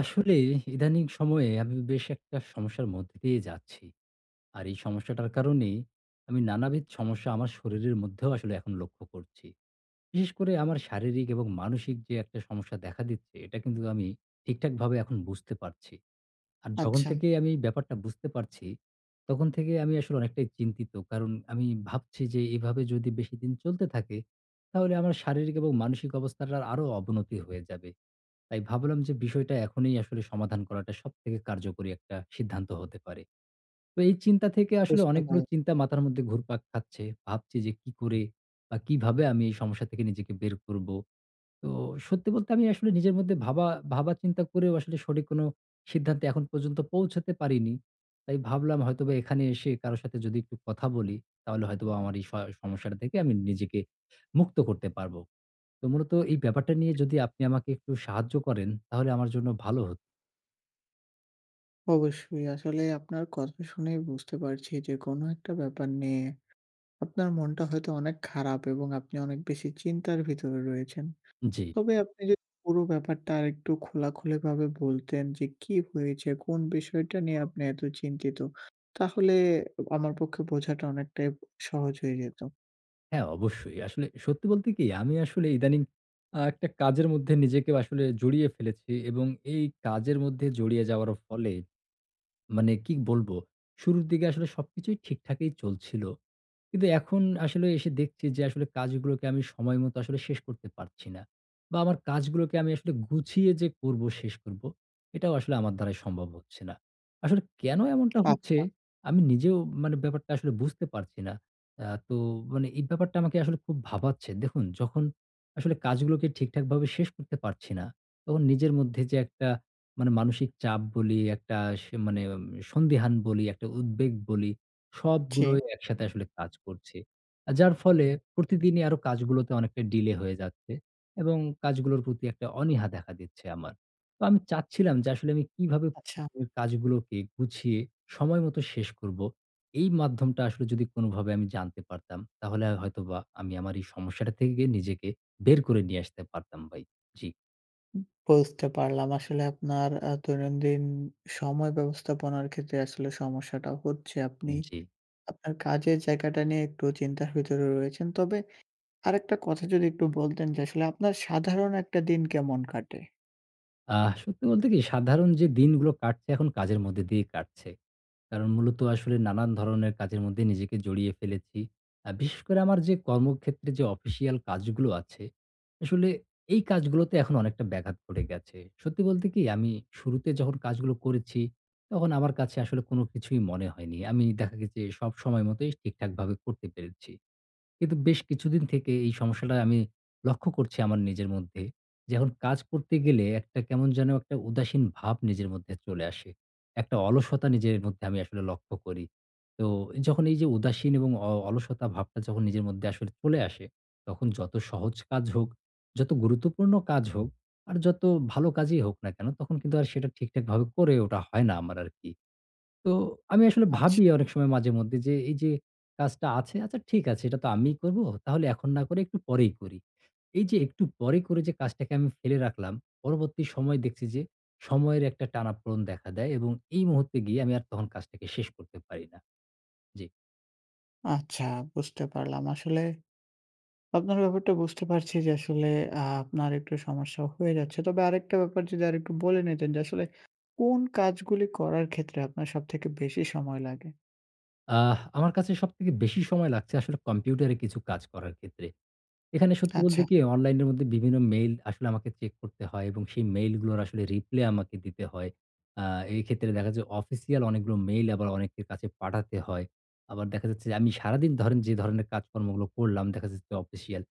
আসলে ইদানিং সময়ে আমি বেশ একটা সমস্যার মধ্যে দিয়ে যাচ্ছি। আর এই সমস্যাটার কারণেই আমি নানাবিধ সমস্যা আমার শরীরের মধ্যেও আসলে এখন লক্ষ্য করছি। বিশেষ করে আমার শারীরিক এবং মানসিক যে একটা সমস্যা দেখা দিচ্ছে, এটা কিন্তু আমি ঠিকঠাকভাবে এখন বুঝতে পারছি। আর যখন আচ্ছা। থেকে আমি এই ব্যাপারটা বুঝতে পারছি, তখন থেকে আমি আসলে অনেকটাই চিন্তিত। কারণ আমি ভাবছি যে এভাবে যদি বেশিদিন চলতে থাকে, তাহলে আমার শারীরিক এবং মানসিক অবস্থাটার আরো অবনতি হয়ে যাবে। তাই ভাবলাম যে বিষয়টা এখনই আসলে সমাধান করাটা সবথেকে কার্যকরী একটা সিদ্ধান্ত হতে পারে। তো এই চিন্তা থেকে আসলে বুঝতে পার অনেকগুলো চিন্তা মাথার মধ্যে ঘুরপাক খাচ্ছে। ভাবছি যে কি করে বা কিভাবে আমি এই সমস্যা থেকে নিজেকে বের করব। তো সত্যি বলতে আমি আসলে নিজের মধ্যে ভাবা ভাবা চিন্তা করেও আসলে সঠিক কোনো সিদ্ধান্তে এখন পর্যন্ত পৌঁছাতে পারিনি। তাই ভাবলাম হয়তোবা এখানে এসে কারো সাথে যদি একটু কথা বলি, তাহলে হয়তোবা আমার এই সমস্যাটা থেকে আমি নিজেকে মুক্ত করতে পারব। তো মূলত এই ব্যাপারটা নিয়ে যদি আপনি আমাকে একটু সাহায্য করেন, তাহলে আমার জন্য ভালো হতো। অবশ্যই। আসলে আপনার কথা শুনেই বুঝতে পারছি যে কোনো একটা ব্যাপার নিয়ে আপনার মনটা হয়তো অনেক খারাপ এবং আপনি অনেক বেশি চিন্তার ভিতরে রয়েছেন। জি, তবে আপনি যদি পুরো ব্যাপারটা আরেকটু খোলাখুলিভাবে বলতেন যে কি হয়েছে, কোন বিষয়টা নিয়ে আপনি এত চিন্তিত, তাহলে আমার পক্ষে বোঝাটা অনেকটাই সহজ হয়ে যেত। হ্যাঁ, অবশ্যই। আসলে সত্যি বলতে কি আমি আসলে ইদানিং একটা কাজের মধ্যে নিজেকে আসলে জড়িয়ে ফেলেছি এবং এই কাজের মধ্যে জড়িয়ে যাওয়ার ফলে মানে কি বলবো? শুরুর দিকে আসলে সবকিছুই ঠিকঠাকই চলছিল। কিন্তু এখন আসলে এসে দেখছি যে আসলে কাজগুলোকে আমি সময় মতো আসলে শেষ করতে পারছি না। বা আমার কাজগুলোকে আমি আসলে গুছিয়ে যে করব, শেষ করব, এটাও আসলে আমার দ্বারাই সম্ভব হচ্ছে না। আসলে কেন এমনটা হচ্ছে? আচ্ছা, আমি নিজেও মানে ব্যাপারটা আসলে বুঝতে পারছি না। আ তো মানে এই ব্যাপারটা আমাকে আসলে খুব ভাবাচ্ছে। দেখুন, যখন আসলে কাজগুলোকে ঠিকঠাকভাবে শেষ করতে পারছি না, তখন নিজের মধ্যে যে একটা মানে মানসিক চাপ বলি, একটা সে মানে সন্দিহান বলি, একটা উদ্বেগ বলি, জি, সবগুলোই একসাথে আসলে কাজ করছে। যার ফলে প্রতিদিনই আরো কাজগুলোতে অনেকটা ডিলে হয়ে যাচ্ছে এবং কাজগুলোর প্রতি একটা অনীহা দেখা দিচ্ছে আমার। তো আমি চাচ্ছিলাম যে আসলে আমি কিভাবে আচ্ছা। প্রতিদিনের কাজগুলোকে গুছিয়ে সময় মতো শেষ করব? এই মাধ্যমটা আসলে যদি কোনোভাবে আমি জানতে পারতাম, তাহলে হয়তোবা আমি আমার এই সমস্যাটা থেকে নিজেকে বের করে নিয়ে আসতে পারতাম ভাই। জি, বুঝতে পারলাম। আসলে আপনার দৈনন্দিন সময় ব্যবস্থাপনার ক্ষেত্রে আসলে সমস্যাটা হচ্ছে। আপনি জি। আপনার কাজের জায়গাটা নিয়ে একটু চিন্তার ভিতরে রয়েছেন। তবে আরেকটা কথা যদি একটু বলতেন যে আসলে আপনার সাধারণ একটা দিন কেমন কাটে? সত্যি বলতে কি সাধারণ যে দিনগুলো কাটছে এখন কাজের মধ্যে দিয়েই কাটছে। কারণ মূলত আসলে নানান ধরনের কাজের মধ্যে নিজেকে জড়িয়ে ফেলেছি। বিশেষ করে আমার যে কর্মক্ষেত্রে যে অফিসিয়াল কাজগুলো আছে, আসলে এই কাজগুলোতে এখন অনেকটা ব্যাঘাত ঘটে গেছে। সত্যি বলতে কি আমি শুরুতে যখন কাজগুলো করেছি, তখন আমার কাছে আসলে কোনো কিছুই মনে হয়নি। আমি দেখা গেছে সব সময় মতোই ঠিকঠাকভাবে করতে পেরেছি। কিন্তু বেশ কিছুদিন থেকে এই সমস্যাটা আমি লক্ষ্য করছি আমার নিজের মধ্যে। যে এখন কাজ করতে গেলে একটা কেমন যেন একটা উদাসীন ভাব নিজের মধ্যে চলে আসে। একটা অলসতা নিজের মধ্যে আমি আসলে লক্ষ্য করি। তো যখন এই যে উদাসীন এবং অলসতা ভাবটা যখন নিজের মধ্যে আসলে চলে আসে, তখন যত সহজ কাজ হোক, যত গুরুত্বপূর্ণ কাজ হোক, আর যত ভালো কাজই হোক না কেন, তখন কিন্তু আর সেটা ঠিকঠাকভাবে করে ওঠা হয় না আমার আরকি। তো আমি আসলে আচ্ছা, ভাবি অনেক সময় মাঝে মধ্যে যে এই যে কাজটা আছে, আচ্ছা ঠিক আছে এটা তো আমিই করব। তাহলে এখন না করে একটু পরেই করি। এই যে একটু পরে করে যে কাজটাকে আমি ফেলে রাখলাম, পরবর্তী সময় দেখছি যে সময়ের একটা টানাপোড়ন দেখা দেয় এবং এই মুহূর্তে গিয়ে আমি আর তখন কাজটাকে শেষ করতে পারি না। জি। আচ্ছা, বুঝতে পারলাম। আসলে আপনার ব্যাপারটা বুঝতে পারছি যে আসলে আপনার একটু সমস্যা হয়ে যাচ্ছে। তবে আরেকটা ব্যাপার যদি আরেকটু বলে নিতেন যে আসলে কোন কাজগুলি করার ক্ষেত্রে আপনার সবথেকে বেশি সময় লাগে? আমার কাছে সবথেকে বেশি সময় লাগছে আসলে কম্পিউটারে কিছু কাজ করার ক্ষেত্রে। এখানে সত্যি বলতে আচ্ছা, কি অনলাইনের মধ্যে বিভিন্ন মেইল আসলে আমাকে চেক করতে হয় এবং সেই মেইলগুলোর আসলে রিপ্লাই আমাকে দিতে হয়। আ এই ক্ষেত্রে দেখা যায় অফিসিয়াল অনেকগুলো মেইল আবার অনেকের কাছে পাঠাতে হয়। আবার দেখা যাচ্ছে যে আমি সারাদিন ধরেন যে ধরনের কাজকর্মগুলো করলাম দেখা যাচ্ছে অফিসিয়াল,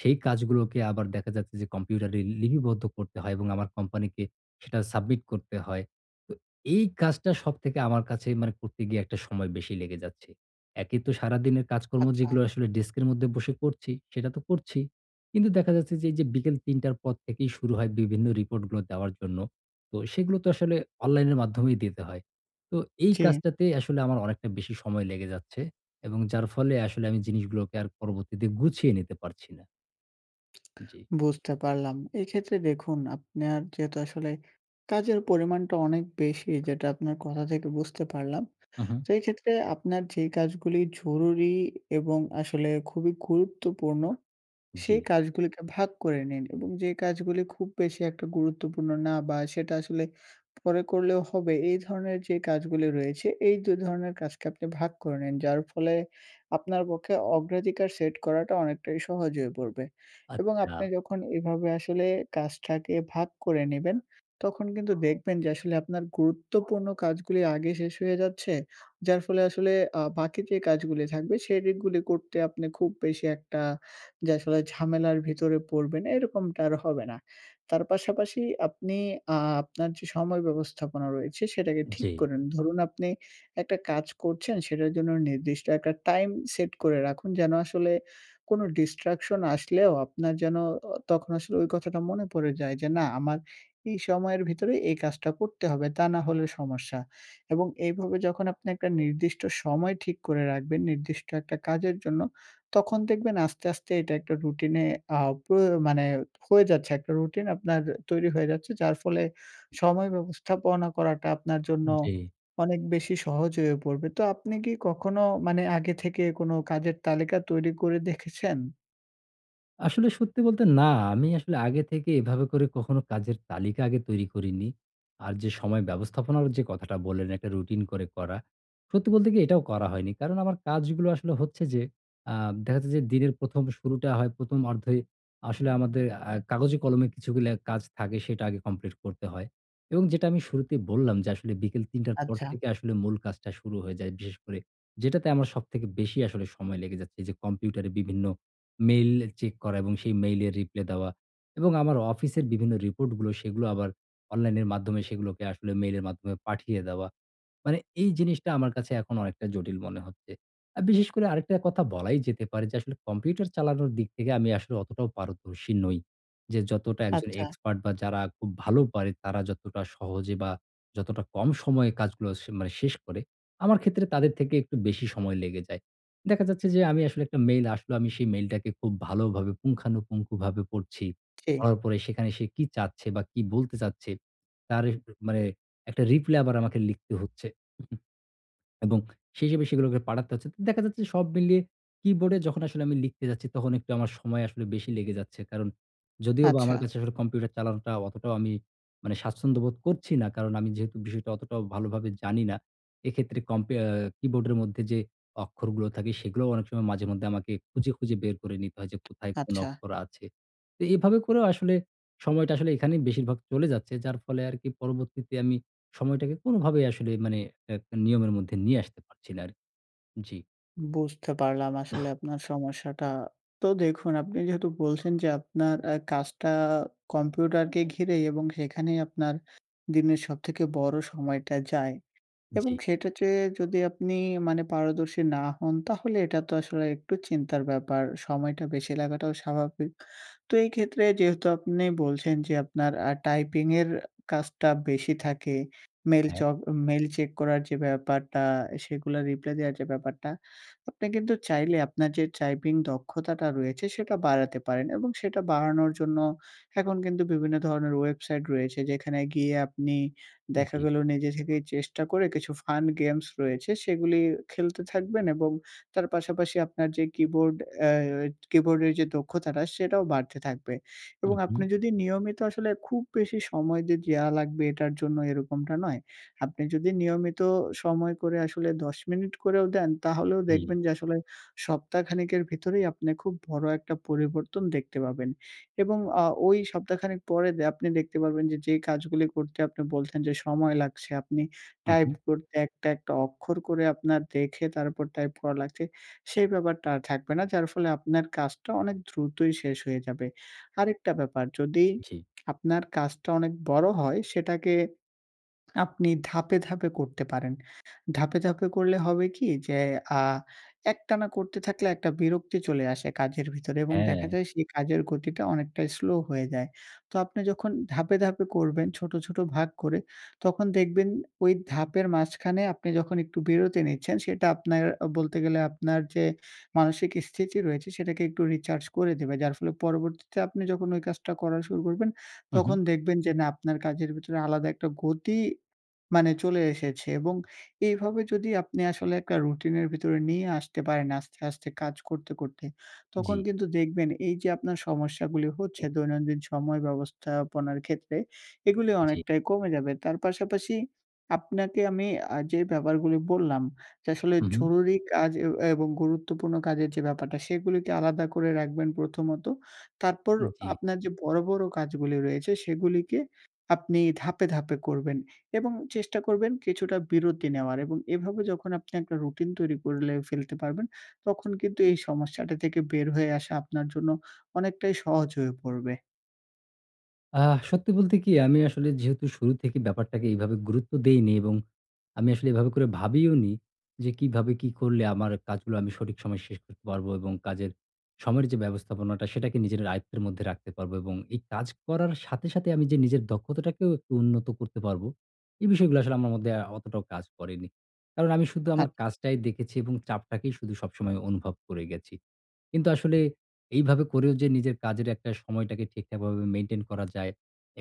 সেই কাজগুলোকে আবার দেখা যাচ্ছে যে কম্পিউটারে লিপিবদ্ধ করতে হয় এবং আমার কোম্পানিকে সেটা সাবমিট করতে হয়। তো এই কাজটা সবথেকে আমার কাছে মানে করতে গিয়ে একটা সময় বেশি লেগে যাচ্ছে। একে তো সারাদিনের কাজকর্ম আচ্ছা। যেগুলো আসলে ডেস্কের মধ্যে বসে করছি, সেটা তো করছি। কিন্তু দেখা যাচ্ছে যে, এই যে বিকেল ৩:০০ র পর থেকেই শুরু হয় বিভিন্ন রিপোর্টগুলো দেওয়ার জন্য। তো সেগুলো তো আসলে অনলাইনের মাধ্যমেই দিতে হয়। তো এই জি। কাজটাতে আসলে আমার অনেকটা বেশি সময় লেগে যাচ্ছে এবং যার ফলে আসলে আমি জিনিসগুলোকে আর পরবর্তীতে গুছিয়ে নিতে পারছি না। জি। বুঝতে পারলাম। এক্ষেত্রে দেখুন, আপনার যেহেতু আসলে কাজের পরিমাণটা অনেক বেশি, যেটা আপনার কথা থেকে বুঝতে পারলাম। হু, হু। তো এক্ষেত্রে আপনার যে কাজগুলি জরুরি এবং আসলে খুবই গুরুত্বপূর্ণ, জি। সেই কাজগুলিকে ভাগ করে নিন এবং যে কাজগুলি খুব বেশি একটা গুরুত্বপূর্ণ না বা সেটা আসলে পরে করলেও হবে, এই ধরনের যে কাজগুলি রয়েছে, এই ২ ধরনের কাজকে আপনি ভাগ করে নিন। যার ফলে আপনার পক্ষে অগ্রাধিকার সেট করাটা অনেকটাই সহজ হয়ে পড়বে এবং আচ্ছা। আপনি যখন এভাবে আসলে কাজটাকে ভাগ করে নিবেন, তখন কিন্তু দেখবেন যে আসলে আপনার গুরুত্বপূর্ণ কাজগুলি আগে শেষ হয়ে যাচ্ছে। যার ফলে আসলে বাকি যে কাজগুলি থাকবে, সেগুলি করতে আপনি খুব বেশি একটা যে আসলে ঝামেলার ভিতরে পড়বেন, এরকমটা আর হবে না। তার পাশাপাশি আপনি আ আপনার যে সময় ব্যবস্থাপনা রয়েছে সেটাকে ঠিক জি, করেন। ধরুন, আপনি একটা কাজ করছেন, সেটার জন্য নির্দিষ্ট একটা টাইম সেট করে রাখুন, যেন আসলে কোনো ডিস্ট্রাকশন আসলেও আপনার যেন তখন আসলে ওই কথাটা মনে পড়ে যায় যে না, আমার এই সময়ের ভিতরে এই কাজটা করতে হবে, তা না হলে সমস্যা। এবং এইভাবে যখন আপনি একটা নির্দিষ্ট সময় ঠিক করে রাখবেন নির্দিষ্ট একটা কাজের জন্য, তখন দেখবেন আস্তে, আস্তে এটা একটা রুটিনে আ প্রয় মানে হয়ে যাচ্ছে। একটা রুটিন আপনার তৈরি হয়ে যাচ্ছে। যার ফলে সময় ব্যবস্থাপনা করাটা আপনার জন্য জি। অনেক বেশি সহজ হয়ে পড়বে। তো আপনি কি কখনো মানে আগে থেকে কোনো কাজের তালিকা তৈরি করে দেখেছেন? আসলে সত্যি বলতে না, আমি আসলে আগে থেকে এভাবে করে কখনো কাজের তালিকা আগে তৈরি করিনি। আর যে সময় ব্যবস্থাপনার যে কথাটা বললেন, একটা রুটিন করে করা। সত্যি বলতে কি এটাও করা হয়নি। কারণ আমার কাজগুলো আসলে হচ্ছে যে, আ দেখা যাচ্ছে যে দিনের ১ম শুরুটা হয় ১ম অর্ধে আসলে আমাদের কাগজে কলমে কিছুগুলা কাজ থাকে সেটা আগে কমপ্লিট করতে হয়। এবং যেটা আমি শুরুতেই বললাম যে আসলে বিকেল ৩ টার পর আচ্ছা, থেকে আসলে মূল কাজটা শুরু হয়ে যায় বিশেষ করে। যেটাতে আমার সবথেকে বেশি আসলে সময় লেগে যাচ্ছে। এই যে কম্পিউটারে বিভিন্ন মেইল চেক করা এবং সেই মেইলের রিপ্লাই দেওয়া এবং আমার অফিসের বিভিন্ন রিপোর্টগুলো সেগুলো আবার অনলাইনের মাধ্যমে সেগুলোকে আসলে মেইলের মাধ্যমে পাঠিয়ে দেওয়া। মানে এই জিনিসটা আমার কাছে এখন অনেকটা জটিল মনে হচ্ছে। আর বিশেষ করে আরেকটা কথা বলাই যেতে পারে যে আসলে কম্পিউটার চালানোর দিক থেকে আমি আসলে অতটাও পারদর্শী নই। যে যতটা একজন আচ্ছা। এক্সপার্ট বা যারা খুব ভালো পারে তারা যতটা সহজে বা যতটা কম সময়ে কাজগুলো সে মানে শেষ করে, আমার ক্ষেত্রে তাদের থেকে একটু বেশি সময় লেগে যায়। দেখা যাচ্ছে যে আমি আসলে একটা মেইল আসলো, আমি সেই মেইলটাকে খুব ভালোভাবে পুঙ্খানুপুঙ্খভাবে পড়ছি। জি। পড়ার পরে সেখানে সে কি চাচ্ছে বা কি বলতে চাচ্ছে, তার মানে একটা রিপ্লাই আবার আমাকে লিখতে হচ্ছে। এবং সেই হিসেবে সেগুলোকে পাঠাতে হচ্ছে। তো দেখা যাচ্ছে সব মিলিয়ে কিবোর্ডে যখন আসলে আমি লিখতে যাচ্ছি তখন একটু আমার সময় আসলে বেশি লেগে যাচ্ছে। কারণ যদিওবা আচ্ছা, আমার কাছে আসলে কম্পিউটার চালানোটা অতটাও আমি মানে স্বাচ্ছন্দ্য বোধ করছি না। কারণ আমি যেহেতু বিষয়টা অতটাও ভালোভাবে জানি না। এক্ষেত্রে কম্পে আ কিবোর্ডের মধ্যে যে অক্ষরগুলো থাকে সেগুলোও অনেক সময় মাঝে মধ্যে আমাকে খুঁজে, খুঁজে বের করে নিতে হয় যে কোথায় কোন আচ্ছা। অক্ষর আছে। তো এভাবে করেও আসলে সময়টা আসলে এখানেই বেশিরভাগ চলে যাচ্ছে। যার ফলে আরকি পরবর্তীতে আমি সময়টাকে কোনোভাবেই আসলে মানে এক নিয়মের মধ্যে নিয়ে আসতে পারছি না আর কি। জি, বুঝতে পারলাম আসলে আপনার সমস্যাটা। তো দেখুন, আপনি যেহেতু বলছেন যে আপনার কাজটা কম্পিউটারকে ঘিরে এবং সেখানেই আপনার দিনের সবথেকে বড় সময়টা যায়। এবং জি, সেটাতে যদি আপনি মানে পারদর্শী না হন, তাহলে এটা তো আসলে একটু চিন্তার ব্যাপার। সময়টা বেশি লাগাটাও স্বাভাবিক। তো এই ক্ষেত্রে যেহেতু আপনি বলছেন যে আপনার টাইপিং এর কাজটা বেশি থাকে, মেইল হ্যাঁ, চক মেইল চেক করার যে ব্যাপারটা, সেগুলা রিপ্লাই দেওয়ার যে ব্যাপারটা, আপনি কিন্তু চাইলে আপনার যে টাইপিং দক্ষতাটা রয়েছে সেটা বাড়াতে পারেন এবং সেটা বাড়ানোর জন্য এখন কিন্তু বিভিন্ন ধরনের ওয়েবসাইট রয়েছে, যেখানে গিয়ে আপনি দেখা জি, গেল নিজে থেকেই চেষ্টা করে কিছু ফান গেমস রয়েছে সেগুলি খেলতে থাকবেন এবং তার পাশাপাশি আপনার যে কিবোর্ডের যে দক্ষতাটা সেটাও বাড়তে থাকবে। হু, এবং হু, আপনি যদি নিয়মিত আসলে খুব বেশি সময় যে দেয়া লাগবে এটার জন্য, এরকমটা নয়। আপনি যদি নিয়মিত সময় করে আসলে ১০ মিনিট করেও দেন, তাহলেও জি, দেখবেন যে আসলে সপ্তাহখানেকের ভিতরেই আপনি খুব বড় একটা পরিবর্তন দেখতে পাবেন। এবং ওই সপ্তাহখানেক পরে আপনি দেখতে পারবেন যে, যে কাজগুলি করতে আপনি বলছেন যে সময় লাগছে, আপনি হু, টাইপ হু, করতে একটা, একটা অক্ষর করে আপনার দেখে তারপর টাইপ করা লাগছে, সেই ব্যাপারটা আর থাকবে না। যার ফলে আপনার কাজটা অনেক দ্রুতই শেষ হয়ে যাবে। আরেকটা ব্যাপার, যদি জি, আপনার কাজটা অনেক বড় হয়, সেটাকে আপনি ধাপে, ধাপে করতে পারেন। ধাপে, ধাপে করলে হবে কি যে আ একটানা করতে থাকলে একটা বিরক্তি চলে আসে কাজের ভিতরে এবং হ্যাঁ, দেখা যায় সেই কাজের গতিটা অনেকটা স্লো হয়ে যায়। তো আপনি যখন ধাপে, ধাপে করবেন ছোট, ছোট ভাগ করে, তখন দেখবেন ওই ধাপের মাঝখানে আপনি যখন একটু বিরতি নিচ্ছেন, সেটা আপনার বলতে গেলে আপনার যে মানসিক স্থিতি রয়েছে সেটাকে একটু রিচার্জ করে দেবে। যার ফলে পরবর্তীতে আপনি যখন ওই কাজটা করা শুরু করবেন, হু, হু, তখন দেখবেন যে না, আপনার কাজের ভিতরে আলাদা একটা গতি মানে চলে এসেছে এবং এইভাবে যদি আপনি আসলে একটা রুটিনের ভিতরে নিয়ে আসতে পারেন আস্তে, আস্তে কাজ করতে, করতে, জি, তখন কিন্তু দেখবেন এই যে আপনার সমস্যাগুলি হচ্ছে দৈনন্দিন সময় ব্যবস্থাপনার ক্ষেত্রে, এগুলি জি, অনেকটাই কমে যাবে। তার পাশাপাশি আপনাকে আমি যে ব্যাপারগুলি বললাম যে আসলে হু, হু, জরুরি কাজ এবং গুরুত্বপূর্ণ কাজের যে ব্যাপারটা সেগুলিকে আলাদা করে রাখবেন প্রথমত। তারপর জি। আপনার যে বড়, বড় কাজগুলি রয়েছে সেগুলিকে আপনি ধাপে, ধাপে করবেন। এবং চেষ্টা করবেন কিছুটা বিরতি নেওয়ার এবং এভাবে যখন আপনি একটা রুটিন তৈরি করলে ফেলতে পারবেন, তখন কিন্তু এই সমস্যাটা থেকে বের হয়ে আসা আপনার জন্য অনেকটাই সহজ হয়ে পড়বে। সত্যি বলতে কি আমি আসলে যেহেতু শুরু থেকে ব্যাপারটাকে এইভাবে গুরুত্ব দেইনি এবং আমি আসলে এভাবে করে ভাবিওনি যে কিভাবে কি করলে আমার কাজগুলো আমি সঠিক সময়ে শেষ করতে পারবো এবং কাজের সময়ের যে ব্যবস্থাপনাটা সেটাকে নিজের আয়ত্তের মধ্যে রাখতে পারবো এবং এই কাজ করার সাথে সাথে আমি যে নিজের দক্ষতাটাকেও একটু উন্নত করতে পারবো এই বিষয়গুলো আসলে আমার মধ্যে অতটাও কাজ করেনি কারণ আমি শুধু আর আমার কাজটাই দেখেছি এবং চাপটাকেই শুধু সবসময় অনুভব করে গেছি কিন্তু আসলে এইভাবে করেও যে নিজের কাজের একটা সময়টাকে ঠিকঠাকভাবে মেইনটেইন করা যায়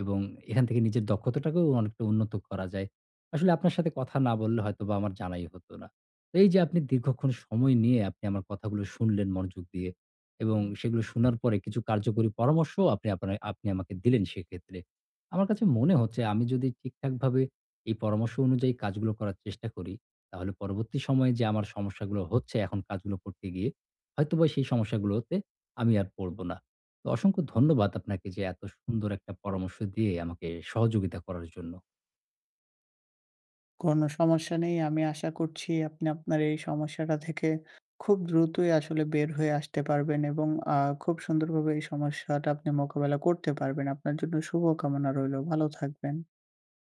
এবং এখান থেকে নিজের দক্ষতাটাকেও অনেকটা উন্নত করা যায়। আসলে আপনার সাথে কথা না বললে হয়তোবা আমার জানাই হতো না। তো এই যে আপনি দীর্ঘক্ষণ সময় নিয়ে আপনি আমার কথাগুলো শুনলেন মনোযোগ দিয়ে এবং সেগুলো শোনার পরে কিছু কার্যকরী পরামর্শও আপনি আমাকে দিলেন সেক্ষেত্রে। আমার কাছে মনে হচ্ছে আমি যদি ঠিকঠাকভাবে এই পরামর্শ অনুযায়ী কাজগুলো করার চেষ্টা করি, তাহলে পরবর্তী সময়ে যে আমার সমস্যাগুলো হচ্ছে এখন কাজগুলো করতে গিয়ে হয়তোবা সেই সমস্যাগুলোতে আমি আর পড়ব না। তো অসংখ্য ধন্যবাদ আপনাকে যে এত সুন্দর একটা পরামর্শ দিয়ে আমাকে সহযোগিতা করার জন্য। কোনো সমস্যা নেই। আমি আশা করছি আপনি আপনার এই সমস্যাটা থেকে খুব দ্রুতই আসলে বের হয়ে আসতে পারবেন এবং আ খুব সুন্দরভাবে এই সমস্যাটা আপনি মোকাবেলা করতে পারবেন। আপনার জন্য শুভকামনা রইলো। ভালো থাকবেন।